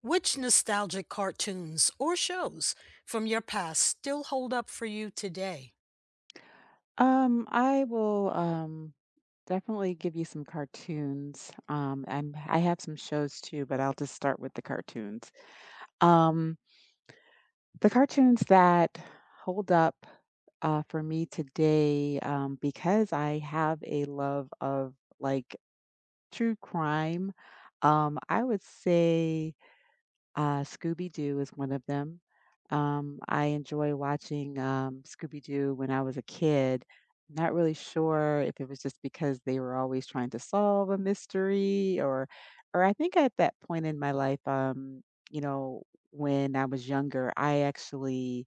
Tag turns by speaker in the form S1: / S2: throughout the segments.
S1: Which nostalgic cartoons or shows from your past still hold up for you today?
S2: I will definitely give you some cartoons. I have some shows too, but I'll just start with the cartoons. Um, the cartoons that hold up for me today, because I have a love of like true crime. I would say Scooby Doo is one of them. I enjoy watching Scooby Doo when I was a kid. Not really sure if it was just because they were always trying to solve a mystery, or I think at that point in my life, you know, when I was younger, I actually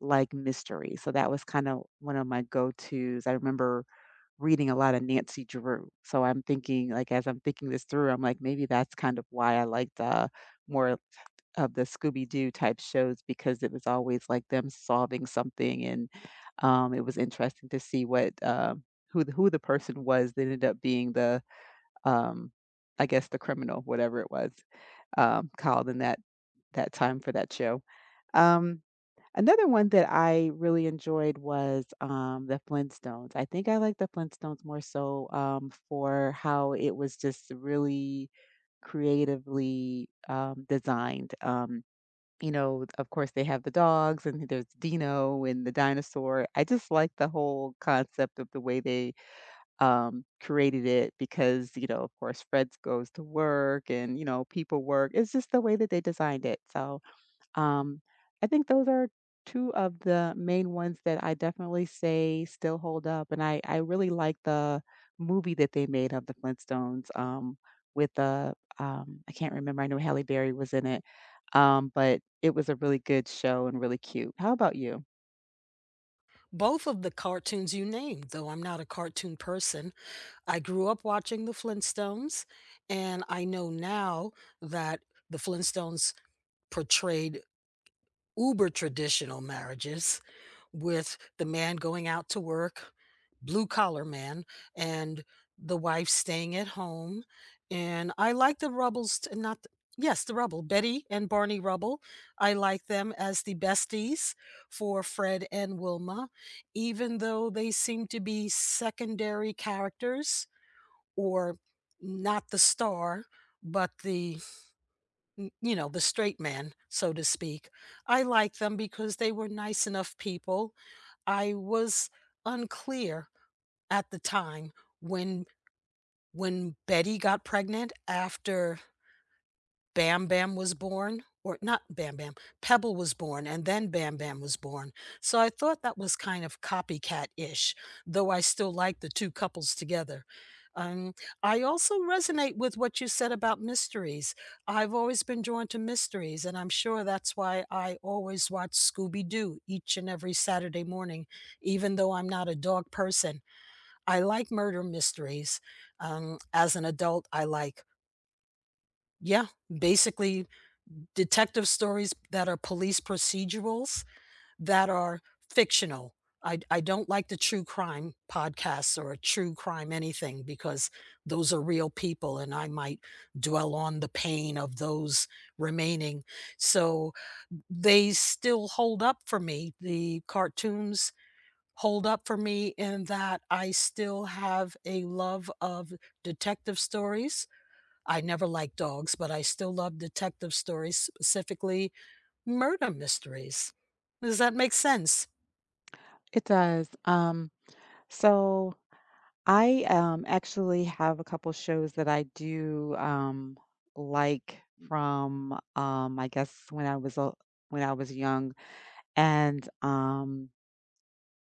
S2: like mystery. So that was kind of one of my go tos. I remember reading a lot of Nancy Drew. So I'm thinking, like, as I'm thinking this through, I'm like, maybe that's kind of why I liked more of the Scooby Doo type shows because it was always like them solving something, and it was interesting to see what who the person was that ended up being the um, I guess the criminal, whatever it was called in that time for that show. Um, Another one that I really enjoyed was the Flintstones. I think I like the Flintstones more so for how it was just really creatively designed. You know, of course, they have the dogs and there's Dino and the dinosaur. I just like the whole concept of the way they created it because, you know, of course, Fred goes to work and, you know, people work. It's just the way that they designed it. So um, I think those are two of the main ones that I definitely say still hold up, and I really like the movie that they made of the Flintstones, with I can't remember, I know Halle Berry was in it, but it was a really good show and really cute. How about you?
S1: Both of the cartoons you named, though I'm not a cartoon person. I grew up watching the Flintstones, and I know now that the Flintstones portrayed uber traditional marriages with the man going out to work, blue collar man, and the wife staying at home. And I like the Rubbles, t- not, th- yes, the Rubble, Betty and Barney Rubble. I like them as the besties for Fred and Wilma, even though they seem to be secondary characters or not the star, but the you know, the straight man, so to speak. I liked them because they were nice enough people. I was unclear at the time when when Betty got pregnant after Bam Bam was born, or not Bam Bam, Pebble was born, and then Bam Bam was born. So I thought that was kind of copycat-ish, though I still like the 2 couples together. Um, I also resonate with what you said about mysteries. I've always been drawn to mysteries, and I'm sure that's why I always watch Scooby-Doo each and every Saturday morning, even though I'm not a dog person. I like murder mysteries. As an adult, I like, yeah, basically detective stories that are police procedurals that are fictional. I don't like the true crime podcasts or a true crime anything because those are real people and I might dwell on the pain of those remaining. So, they still hold up for me. The cartoons hold up for me in that I still have a love of detective stories. I never liked dogs, but I still love detective stories, specifically murder mysteries. Does that make sense?
S2: It does. So I actually have a couple shows that I do like from I guess when I was young and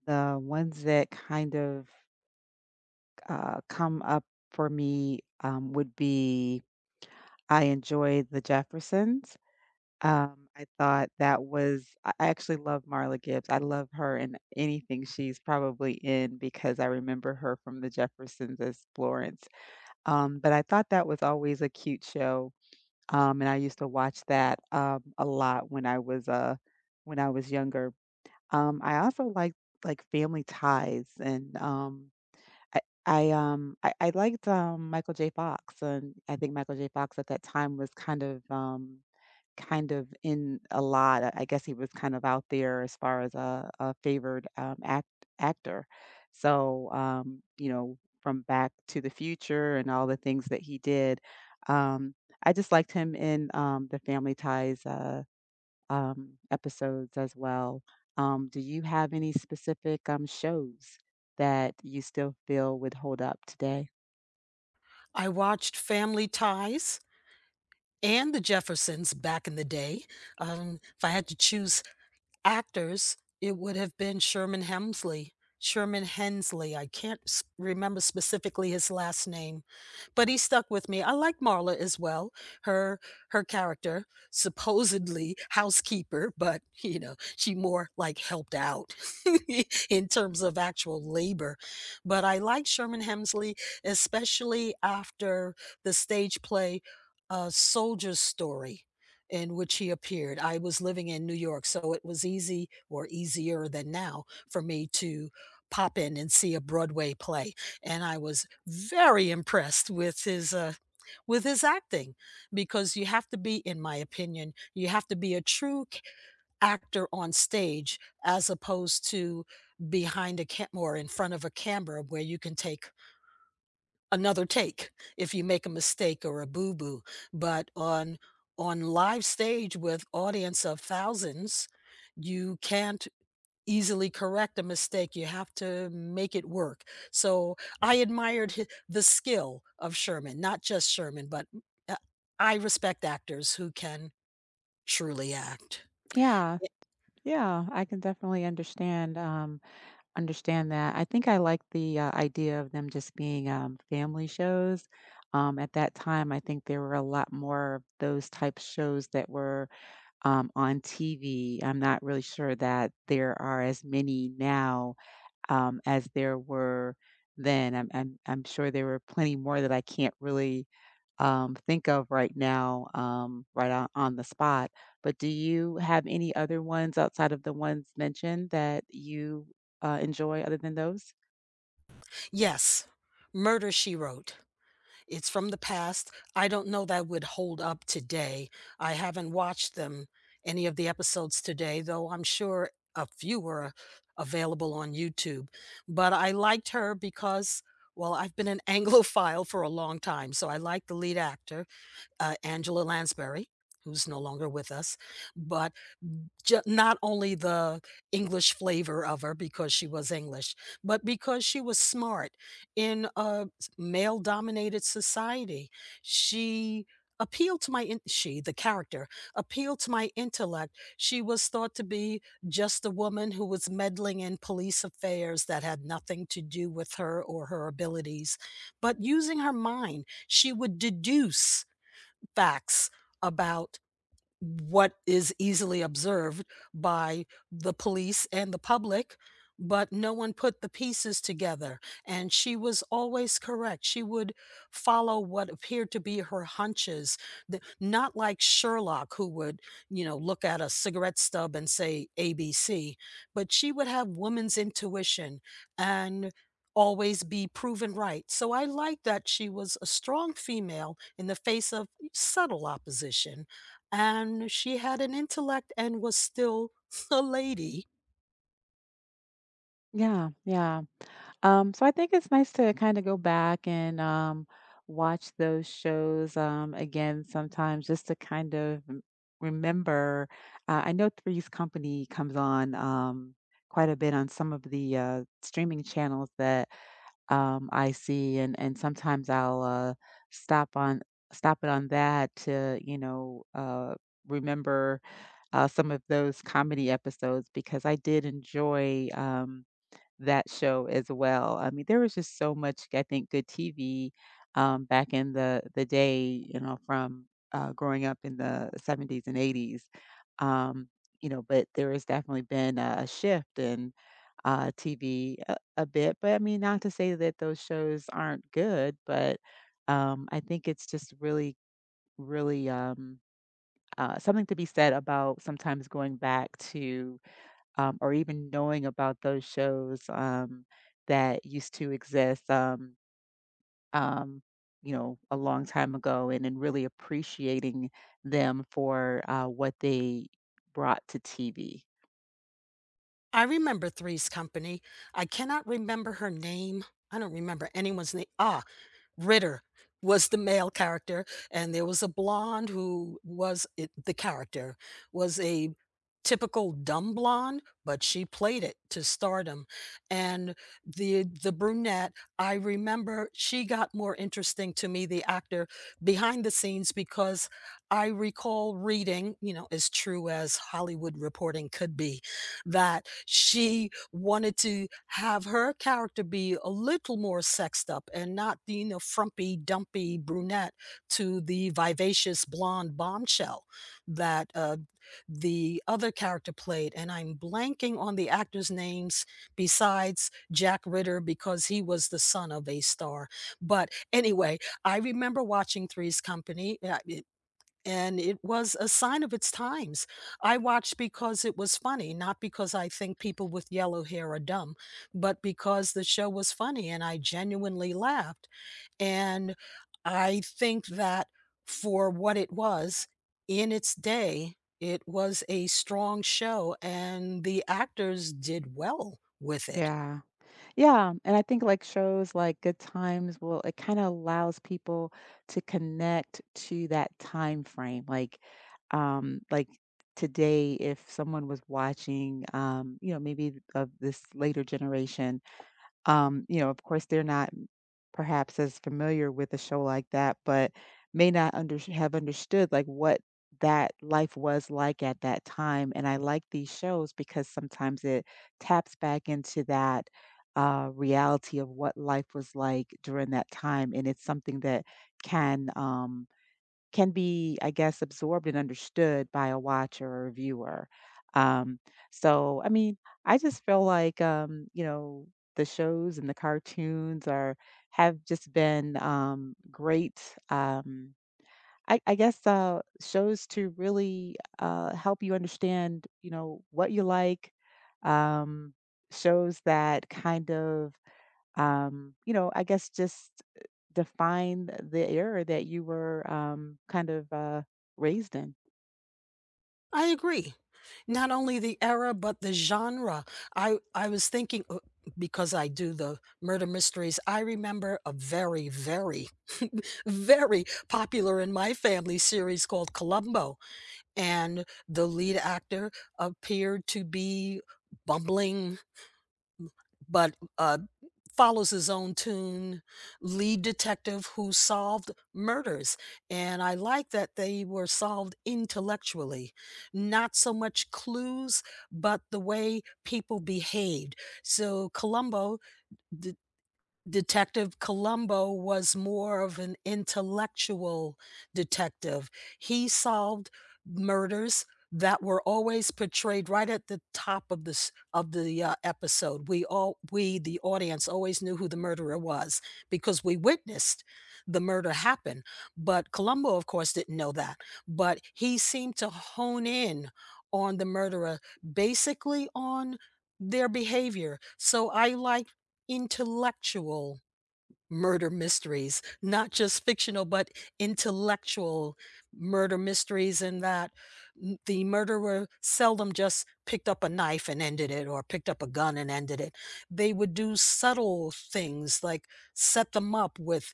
S2: the ones that kind of come up for me would be I enjoy the Jeffersons. I thought that was, I actually love Marla Gibbs. I love her in anything she's probably in because I remember her from the Jeffersons as Florence. But I thought that was always a cute show. And I used to watch that a lot when I was younger. I also liked like Family Ties and I I liked, Michael J. Fox, and I think Michael J. Fox at that time was kind of, in a lot. I guess he was kind of out there as far as a favored, actor. So, you know, from Back to the Future and all the things that he did, um, I just liked him in, the Family Ties, episodes as well. Do you have any specific shows that you still feel would hold up today?
S1: I watched Family Ties and The Jeffersons back in the day. If I had to choose actors, it would have been Sherman Hemsley. Sherman Hensley. I can't remember specifically his last name, but he stuck with me. I like Marla as well. Her Her character, supposedly housekeeper, but you know she more like helped out in terms of actual labor. But I like Sherman Hemsley, especially after the stage play, Soldier's Story in which he appeared. I was living in New York, so it was easy or easier than now for me to pop in and see a Broadway play, and I was very impressed with his acting, because you have to be, in my opinion, you have to be a true c actor on stage as opposed to behind a cam or in front of a camera where you can take another take if you make a mistake or a boo-boo. But on live stage with audience of thousands, you can't easily correct a mistake. You have to make it work. So I admired the skill of Sherman, not just Sherman, but uh, I respect actors who can truly act.
S2: Yeah, yeah, I can definitely understand that. I think I like the idea of them just being family shows. At that time, I think there were a lot more of those type shows that were on TV. I'm not really sure that there are as many now as there were then. I'm sure there were plenty more that I can't really think of right now, on the spot. But do you have any other ones outside of the ones mentioned that you enjoy other than those?
S1: Yes, Murder She Wrote. It's from the past. I don't know that would hold up today. I haven't watched them, any of the episodes today, though I'm sure a few were available on YouTube. But I liked her because, well, I've been an Anglophile for a long time, so I like the lead actor, Angela Lansbury, who's no longer with us. But Ju not only the English flavor of her because she was English, but because she was smart. In a s male-dominated society, she she, the character, appealed to my intellect. She was thought to be just a woman who was meddling in police affairs that had nothing to do with her or her abilities, but using her mind, she would deduce facts about what is easily observed by the police and the public, but no one put the pieces together. And she was always correct. She would follow what appeared to be her hunches, not like Sherlock, who would, you know, look at a cigarette stub and say ABC, but she would have woman's intuition and always be proven right. So I like that she was a strong female in the face of subtle opposition, and she had an intellect and was still a lady.
S2: Yeah, yeah. So I think it's nice to kind of go back and watch those shows again sometimes just to kind of remember. I know Three's Company comes on quite a bit on some of the streaming channels that I see, and sometimes I'll stop on stop it on that to you know remember some of those comedy episodes because I did enjoy. That show as well. I mean, there was just so much, I think, good TV back in the day. You know, from growing up in the '70s and '80s. Um, you know, but there has definitely been a shift in TV a bit. But I mean, not to say that those shows aren't good, but I think it's just really something to be said about sometimes going back to or even knowing about those shows that used to exist, um, you know, a long time ago, and then really appreciating them for what they brought to TV.
S1: I remember Three's Company. I cannot remember her name. I don't remember anyone's name. Ah, Ritter was the male character, and there was a blonde who was it the character was a typical dumb blonde, but she played it to stardom. And the brunette, I remember she got more interesting to me, the actor, behind the scenes because I recall reading, you know, as true as Hollywood reporting could be, that she wanted to have her character be a little more sexed up and not the, you know, frumpy, dumpy brunette to the vivacious blonde bombshell that the other character played. And I'm blanking on the actors' names besides Jack Ritter because he was the son of a star. But anyway, I remember watching Three's Company. And it was a sign of its times. I watched because it was funny, not because I think people with yellow hair are dumb, but because the show was funny and I genuinely laughed. And I think that for what it was in its day, it was a strong show and the actors did well with it.
S2: Yeah. Yeah, and I think like shows like Good Times will it kind of allows people to connect to that time frame. Like um like today if someone was watching you know maybe of this later generation. You know, of course, they're not perhaps as familiar with a show like that, but may not understood like what that life was like at that time. And I like these shows because sometimes it taps back into that reality of what life was like during that time, and it's something that can um, can be, I guess, absorbed and understood by a watcher or a viewer. Um, so, I mean, I just feel like, you know, the shows and the cartoons are have just been great. I guess shows to really help you understand, you know, what you like. Um, Shows that kind of you know, I guess just uh, define the era that you were raised in.
S1: I agree. Not only the era, but the genre. I was thinking, because I do the murder mysteries, I remember a very, very, very popular in my family series called Columbo, and the lead actor appeared to be bumbling but a follows his own tune lead detective who solved murders. And I like that they were solved intellectually, not so much clues, but the way people behaved. So Columbo, d- Detective Columbo was more of an intellectual detective. He solved murders that were always portrayed right at the top of this of the, episode. The audience, always knew who the murderer was because we witnessed the murder happen, but Columbo, of course, didn't know that, but he seemed to hone in on the murderer, basically on their behavior. So I like intellectual murder mysteries, not just fictional, but intellectual murder mysteries, in that the murderer seldom just picked up a knife and ended it or picked up a gun and ended it. They would do subtle things like set them up with,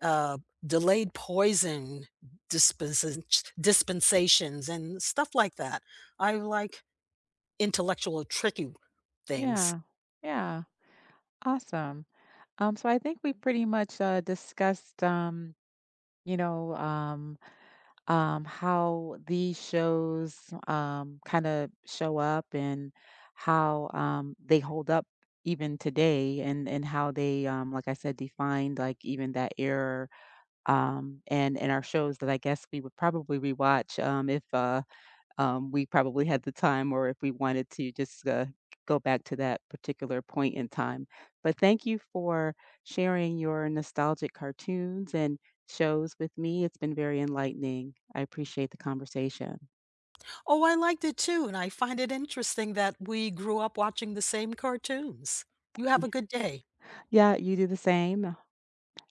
S1: uh, delayed poison dispensations and stuff like that. I like intellectual, tricky things.
S2: Yeah. Yeah. Awesome. So I think we pretty much discussed, you know, um, how these shows kind of show up and how they hold up even today and how they like I said defined like even that era and our shows that I guess we would probably rewatch if we probably had the time or if we wanted to just go back to that particular point in time. But thank you for sharing your nostalgic cartoons and shows with me. It's been very enlightening. I appreciate the conversation.
S1: Oh, I liked it too, and I find it interesting that we grew up watching the same cartoons. You have a
S2: Y-
S1: good day.
S2: Yeah, you do the same.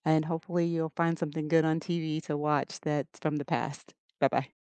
S2: And hopefully, you'll find something good on TV to watch that's from the past. Bye bye.